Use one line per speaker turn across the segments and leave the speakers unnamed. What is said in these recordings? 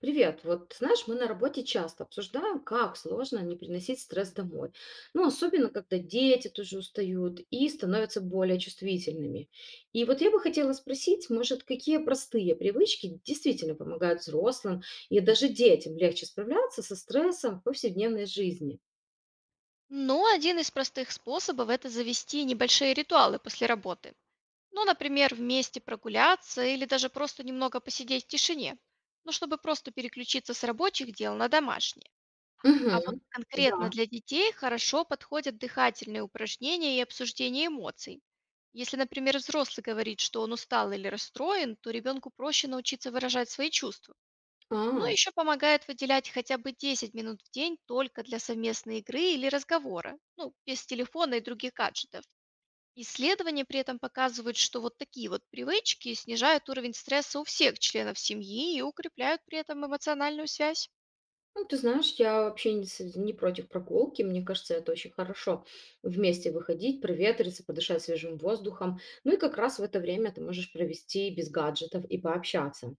Привет. Вот знаешь, мы на работе часто обсуждаем, как сложно не приносить стресс домой. Ну, особенно, когда дети тоже устают и становятся более чувствительными. И вот я бы хотела спросить, может, какие простые привычки действительно помогают взрослым и даже детям легче справляться со стрессом в повседневной жизни?
Но один из простых способов – это завести небольшие ритуалы после работы. Ну, например, вместе прогуляться или даже просто немного посидеть в тишине. Ну, чтобы просто переключиться с рабочих дел на домашние. А вот
Угу.
конкретно
Да.
для детей хорошо подходят дыхательные упражнения и обсуждение эмоций. Если, например, взрослый говорит, что он устал или расстроен, то ребенку проще научиться выражать свои чувства. Но
А.
еще помогает выделять хотя бы 10 минут в день только для совместной игры или разговора, ну, без телефона и других гаджетов. Исследования при этом показывают, что вот такие вот привычки снижают уровень стресса у всех членов семьи и укрепляют при этом эмоциональную связь.
Ну, ты знаешь, я вообще не, не против прогулки. Мне кажется, это очень хорошо вместе выходить, проветриться, подышать свежим воздухом. Ну и как раз в это время ты можешь провести без гаджетов и пообщаться.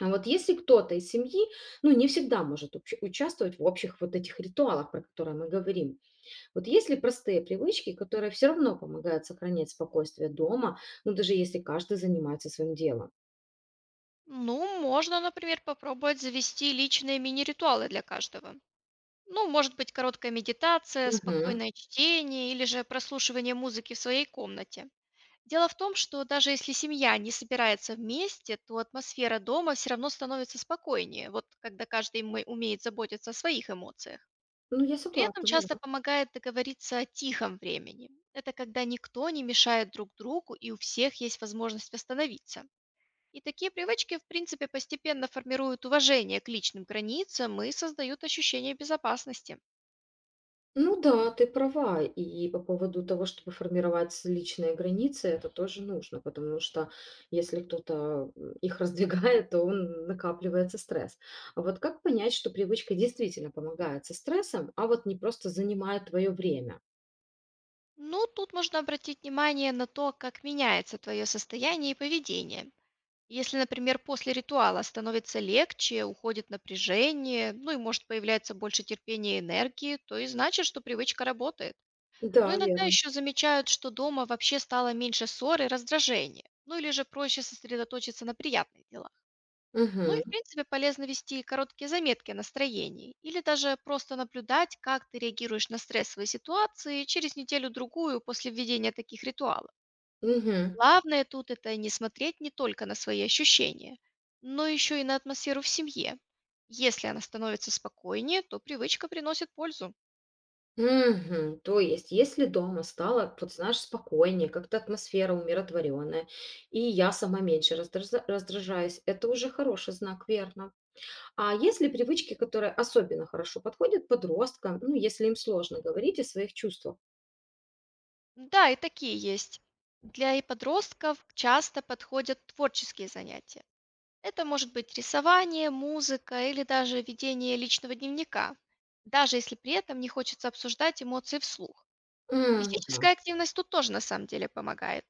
А вот если кто-то из семьи, ну, не всегда может участвовать в общих вот этих ритуалах, про которые мы говорим. Вот есть ли простые привычки, которые все равно помогают сохранять спокойствие дома, ну, даже если каждый занимается своим делом?
Ну, можно, например, попробовать завести личные мини-ритуалы для каждого. Ну, может быть, короткая медитация,
Мгм.
спокойное чтение или же прослушивание музыки в своей комнате. Дело в том, что даже если семья не собирается вместе, то атмосфера дома все равно становится спокойнее, вот когда каждый умеет заботиться о своих эмоциях.
Ну, я
При этом
согласна.
часто
Да.
помогает договориться о тихом времени. Это когда никто не мешает друг другу и у всех есть возможность восстановиться. И такие привычки, в принципе, постепенно формируют уважение к личным границам и создают ощущение безопасности.
Ну да, ты права. И по поводу того, чтобы формировать личные границы, это тоже нужно, потому что если кто-то их раздвигает, то он накапливается стресс. А вот как понять, что привычка действительно помогает со стрессом, а вот не просто занимает твое время?
Ну, тут можно обратить внимание на то, как меняется твое состояние и поведение. Если, например, после ритуала становится легче, уходит напряжение, ну и может появляется больше терпения и энергии, то и значит, что привычка работает. Но
Да,
иногда
верно.
еще замечают, что дома вообще стало меньше ссор и раздражения, ну или же проще сосредоточиться на приятных делах. Ну и,
Мгм.
в принципе, полезно вести короткие заметки о настроении или даже просто наблюдать, как ты реагируешь на стрессовые ситуации через неделю-другую после введения таких ритуалов.
Мгм.
Главное тут — это не смотреть не только на свои ощущения, но еще и на атмосферу в семье. Если она становится спокойнее, то привычка приносит пользу.
Мгм. То есть, если дома стало, вот знаешь, спокойнее, как-то атмосфера умиротворенная, и я сама меньше раздражаюсь, это уже хороший знак, верно? А есть ли привычки, которые особенно хорошо подходят подросткам, ну, если им сложно говорить о своих чувствах?
Да, и такие есть. Для подростков часто подходят творческие занятия. Это может быть рисование, музыка или даже ведение личного дневника, даже если при этом не хочется обсуждать эмоции вслух.
М, да,
Физическая активность тут тоже на самом деле помогает.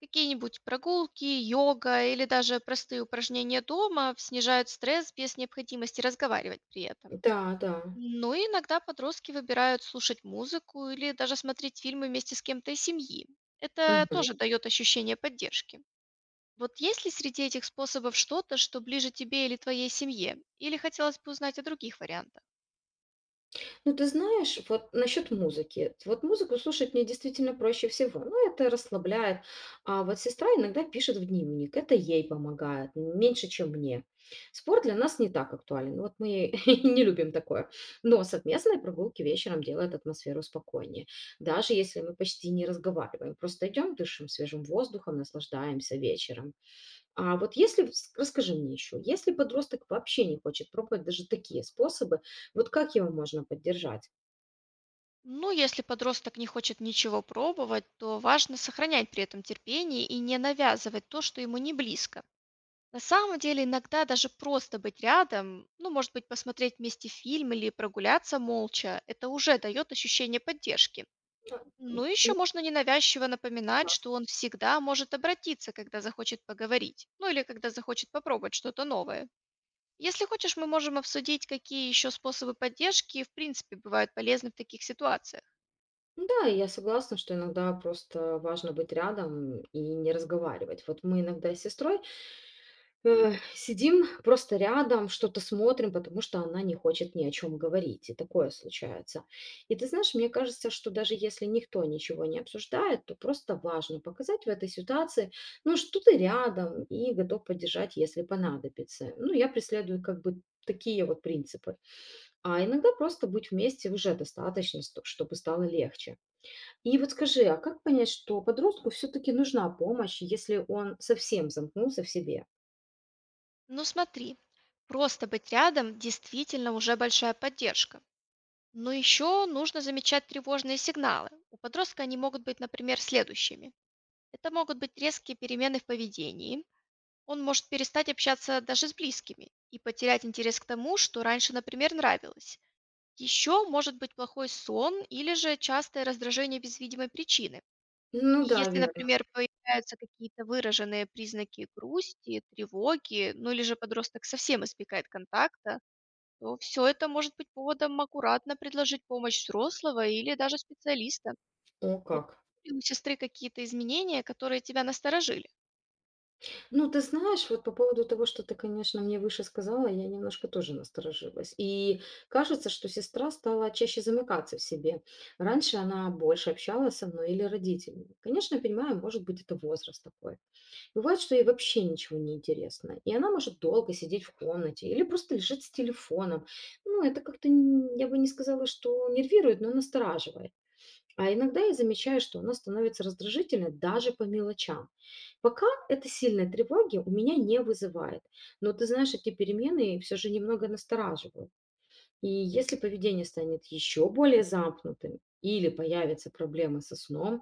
Какие-нибудь прогулки, йога или даже простые упражнения дома снижают стресс без необходимости разговаривать при этом.
да, да.
Ну и иногда подростки выбирают слушать музыку или даже смотреть фильмы вместе с кем-то из семьи. Это
Мгм.
тоже дает ощущение поддержки. Вот есть ли среди этих способов что-то, что ближе тебе или твоей семье? Или хотелось бы узнать о других вариантах?
Ну, ты знаешь, вот насчет музыки. Вот музыку слушать мне действительно проще всего. Ну, это расслабляет. А вот сестра иногда пишет в дневник. Это ей помогает, меньше, чем мне. Спорт для нас не так актуален. Вот мы не любим такое. Но совместные прогулки вечером делают атмосферу спокойнее. Даже если мы почти не разговариваем. Просто идем, дышим свежим воздухом, наслаждаемся вечером. А вот если, расскажи мне еще, если подросток вообще не хочет пробовать даже такие способы, вот как его можно поддержать?
Ну, если подросток не хочет ничего пробовать, то важно сохранять при этом терпение и не навязывать то, что ему не близко. На самом деле, иногда даже просто быть рядом, ну, может быть, посмотреть вместе фильм или прогуляться молча, это уже дает ощущение поддержки.
Да,
Ну, еще можно ненавязчиво
я
напоминать,
согласна.
что он всегда может обратиться, когда захочет поговорить, ну или когда захочет попробовать что-то новое. Если хочешь, мы можем обсудить, какие еще способы поддержки, в принципе, бывают полезны в таких ситуациях.
Ну да, и я согласна, что иногда просто важно быть рядом и не разговаривать. Вот мы иногда с сестрой, сидим просто рядом, что-то смотрим, потому что она не хочет ни о чем говорить, и такое случается. И ты знаешь, мне кажется, что даже если никто ничего не обсуждает, то просто важно показать в этой ситуации, ну, что ты рядом и готов поддержать, если понадобится. Ну, я преследую как бы такие вот принципы. А иногда просто быть вместе уже достаточно, чтобы стало легче. И вот скажи, а как понять, что подростку все-таки нужна помощь, если он совсем замкнулся в себе?
Ну, смотри, просто быть рядом действительно уже большая поддержка. Но еще нужно замечать тревожные сигналы. У подростка они могут быть, например, следующими. Это могут быть резкие перемены в поведении. Он может перестать общаться даже с близкими и потерять интерес к тому, что раньше, например, нравилось. Еще может быть плохой сон или же частое раздражение без видимой причины.
Ну
И
да,
если,
верно.
например, появляются какие-то выраженные признаки грусти, тревоги, ну или же подросток совсем избегает контакта, то все это может быть поводом аккуратно предложить помощь взрослого или даже специалиста.
О,
Вот
как.
были у сестры какие-то изменения, которые тебя насторожили?
Ну, ты знаешь, вот по поводу того, что ты, конечно, мне выше сказала, я немножко тоже насторожилась. И кажется, что сестра стала чаще замыкаться в себе. Раньше она больше общалась со мной или родителями. Конечно, я понимаю, может быть, это возраст такой. Бывает, что ей вообще ничего не интересно, и она может долго сидеть в комнате или просто лежит с телефоном. Ну, это как-то, я бы не сказала, что нервирует, но настораживает. А иногда я замечаю, что она становится раздражительной даже по мелочам. Пока это сильной тревоги у меня не вызывает. Но ты знаешь, эти перемены все же немного настораживают. И если поведение станет еще более замкнутым или появятся проблемы со сном,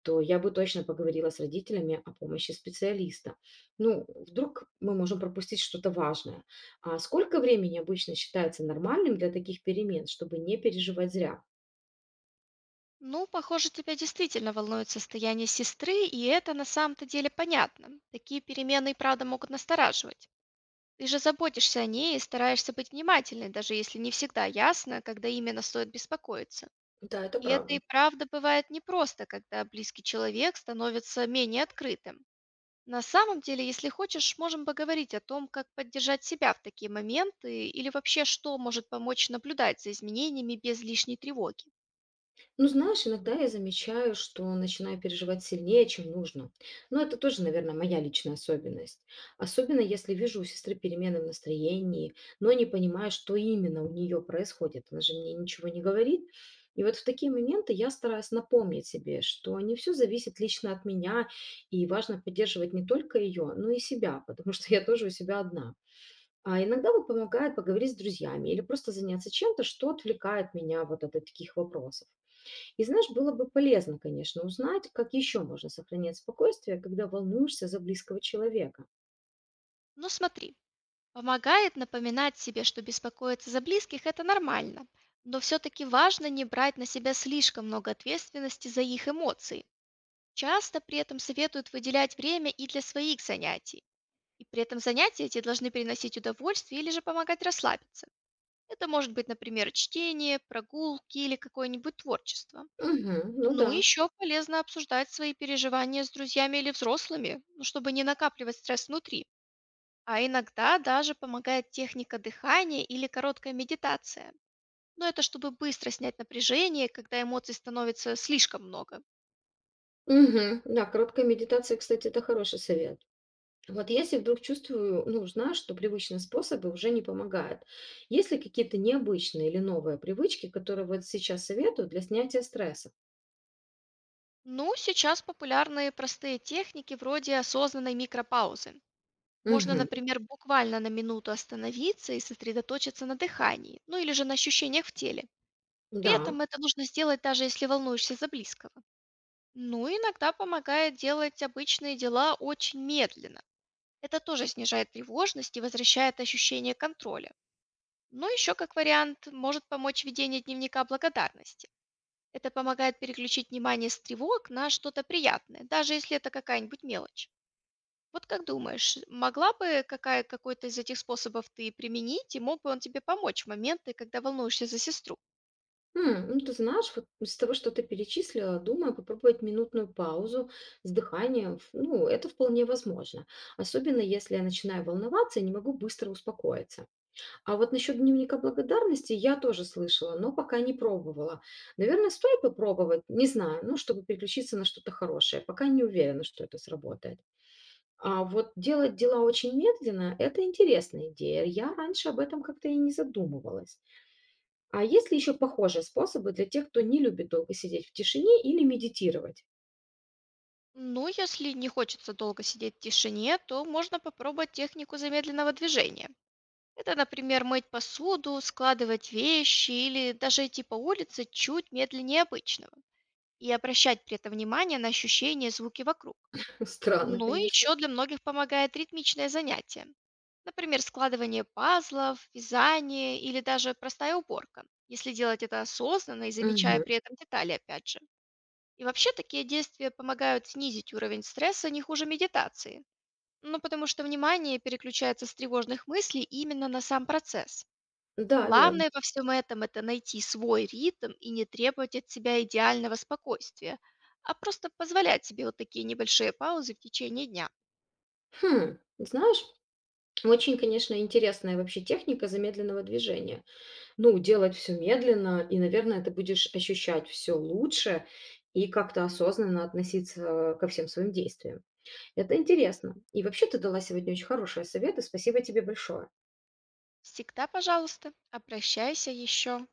то я бы точно поговорила с родителями о помощи специалиста. Ну, вдруг мы можем пропустить что-то важное. А сколько времени обычно считается нормальным для таких перемен, чтобы не переживать зря?
Ну, похоже, тебя действительно волнует состояние сестры, и это на самом-то деле понятно. Такие перемены и правда могут настораживать. Ты же заботишься о ней и стараешься быть внимательной, даже если не всегда ясно, когда именно стоит беспокоиться.
Да, это
И это и
правда.
правда бывает непросто, когда близкий человек становится менее открытым. На самом деле, если хочешь, можем поговорить о том, как поддержать себя в такие моменты или вообще что может помочь наблюдать за изменениями без лишней тревоги.
Ну, знаешь, иногда я замечаю, что начинаю переживать сильнее, чем нужно. Но это тоже, наверное, моя личная особенность. Особенно если вижу у сестры перемены в настроении, но не понимаю, что именно у нее происходит. Она же мне ничего не говорит. И вот в такие моменты я стараюсь напомнить себе, что не все зависит лично от меня, и важно поддерживать не только ее, но и себя, потому что я тоже у себя одна. А иногда вот помогает поговорить с друзьями или просто заняться чем-то, что отвлекает меня вот от таких вопросов. И знаешь, было бы полезно, конечно, узнать, как еще можно сохранять спокойствие, когда волнуешься за близкого человека.
Ну, смотри, помогает напоминать себе, что беспокоиться за близких – это нормально, но все-таки важно не брать на себя слишком много ответственности за их эмоции. Часто при этом советуют выделять время и для своих занятий. И при этом занятия эти должны приносить удовольствие или же помогать расслабиться. Это может быть, например, чтение, прогулки или какое-нибудь творчество.
Мгм. Ну
Ну
да.
и еще полезно обсуждать свои переживания с друзьями или взрослыми, ну, чтобы не накапливать стресс внутри. А иногда даже помогает техника дыхания или короткая медитация. Но это чтобы быстро снять напряжение, когда эмоций становится слишком много.
Мгм. Да, короткая медитация, кстати, это хороший совет. Вот если вдруг чувствую, ну, знаю, что привычные способы уже не помогают. Есть ли какие-то необычные или новые привычки, которые вот сейчас советую для снятия стресса?
Ну, сейчас популярны простые техники вроде осознанной микропаузы. Можно,
Мгм.
например, буквально на минуту остановиться и сосредоточиться на дыхании, ну или же на ощущениях в теле. При
Да.
этом это нужно сделать, даже если волнуешься за близкого. Ну, иногда помогает делать обычные дела очень медленно. Это тоже снижает тревожность и возвращает ощущение контроля. Но еще, как вариант, может помочь ведение дневника благодарности. Это помогает переключить внимание с тревог на что-то приятное, даже если это какая-нибудь мелочь. Вот как думаешь, могла бы какой-то из этих способов ты применить, и мог бы он тебе помочь в моменты, когда волнуешься за сестру?
Ну ты знаешь, вот из того, что ты перечислила, думаю, попробовать минутную паузу с дыханием, ну, это вполне возможно. Особенно если я начинаю волноваться и не могу быстро успокоиться. А вот насчет дневника благодарности я тоже слышала, но пока не пробовала. Наверное, стоит попробовать, не знаю, ну, чтобы переключиться на что-то хорошее. Пока не уверена, что это сработает. А вот делать дела очень медленно– это интересная идея. Я раньше об этом как-то и не задумывалась. А есть ли еще похожие способы для тех, кто не любит долго сидеть в тишине или медитировать?
Ну, если не хочется долго сидеть в тишине, то можно попробовать технику замедленного движения. Это, например, мыть посуду, складывать вещи или даже идти по улице чуть медленнее обычного и обращать при этом внимание на ощущения и звуки вокруг.
Странно,
Ну и
конечно.
еще для многих помогает ритмичное занятие. Например, складывание пазлов, вязание или даже простая уборка, если делать это осознанно и замечая
Мгм.
при этом детали опять же. И вообще такие действия помогают снизить уровень стресса не хуже медитации. Ну, потому что внимание переключается с тревожных мыслей именно на сам процесс.
Да, верно.
Главное во всем этом – это найти свой ритм и не требовать от себя идеального спокойствия, а просто позволять себе вот такие небольшие паузы в течение дня.
Хм, знаешь, очень, конечно, интересная вообще техника замедленного движения. Ну, делать все медленно, и, наверное, ты будешь ощущать все лучше и как-то осознанно относиться ко всем своим действиям. Это интересно. И вообще ты дала сегодня очень хорошие советы. Спасибо тебе большое.
Всегда, пожалуйста, обращайся еще.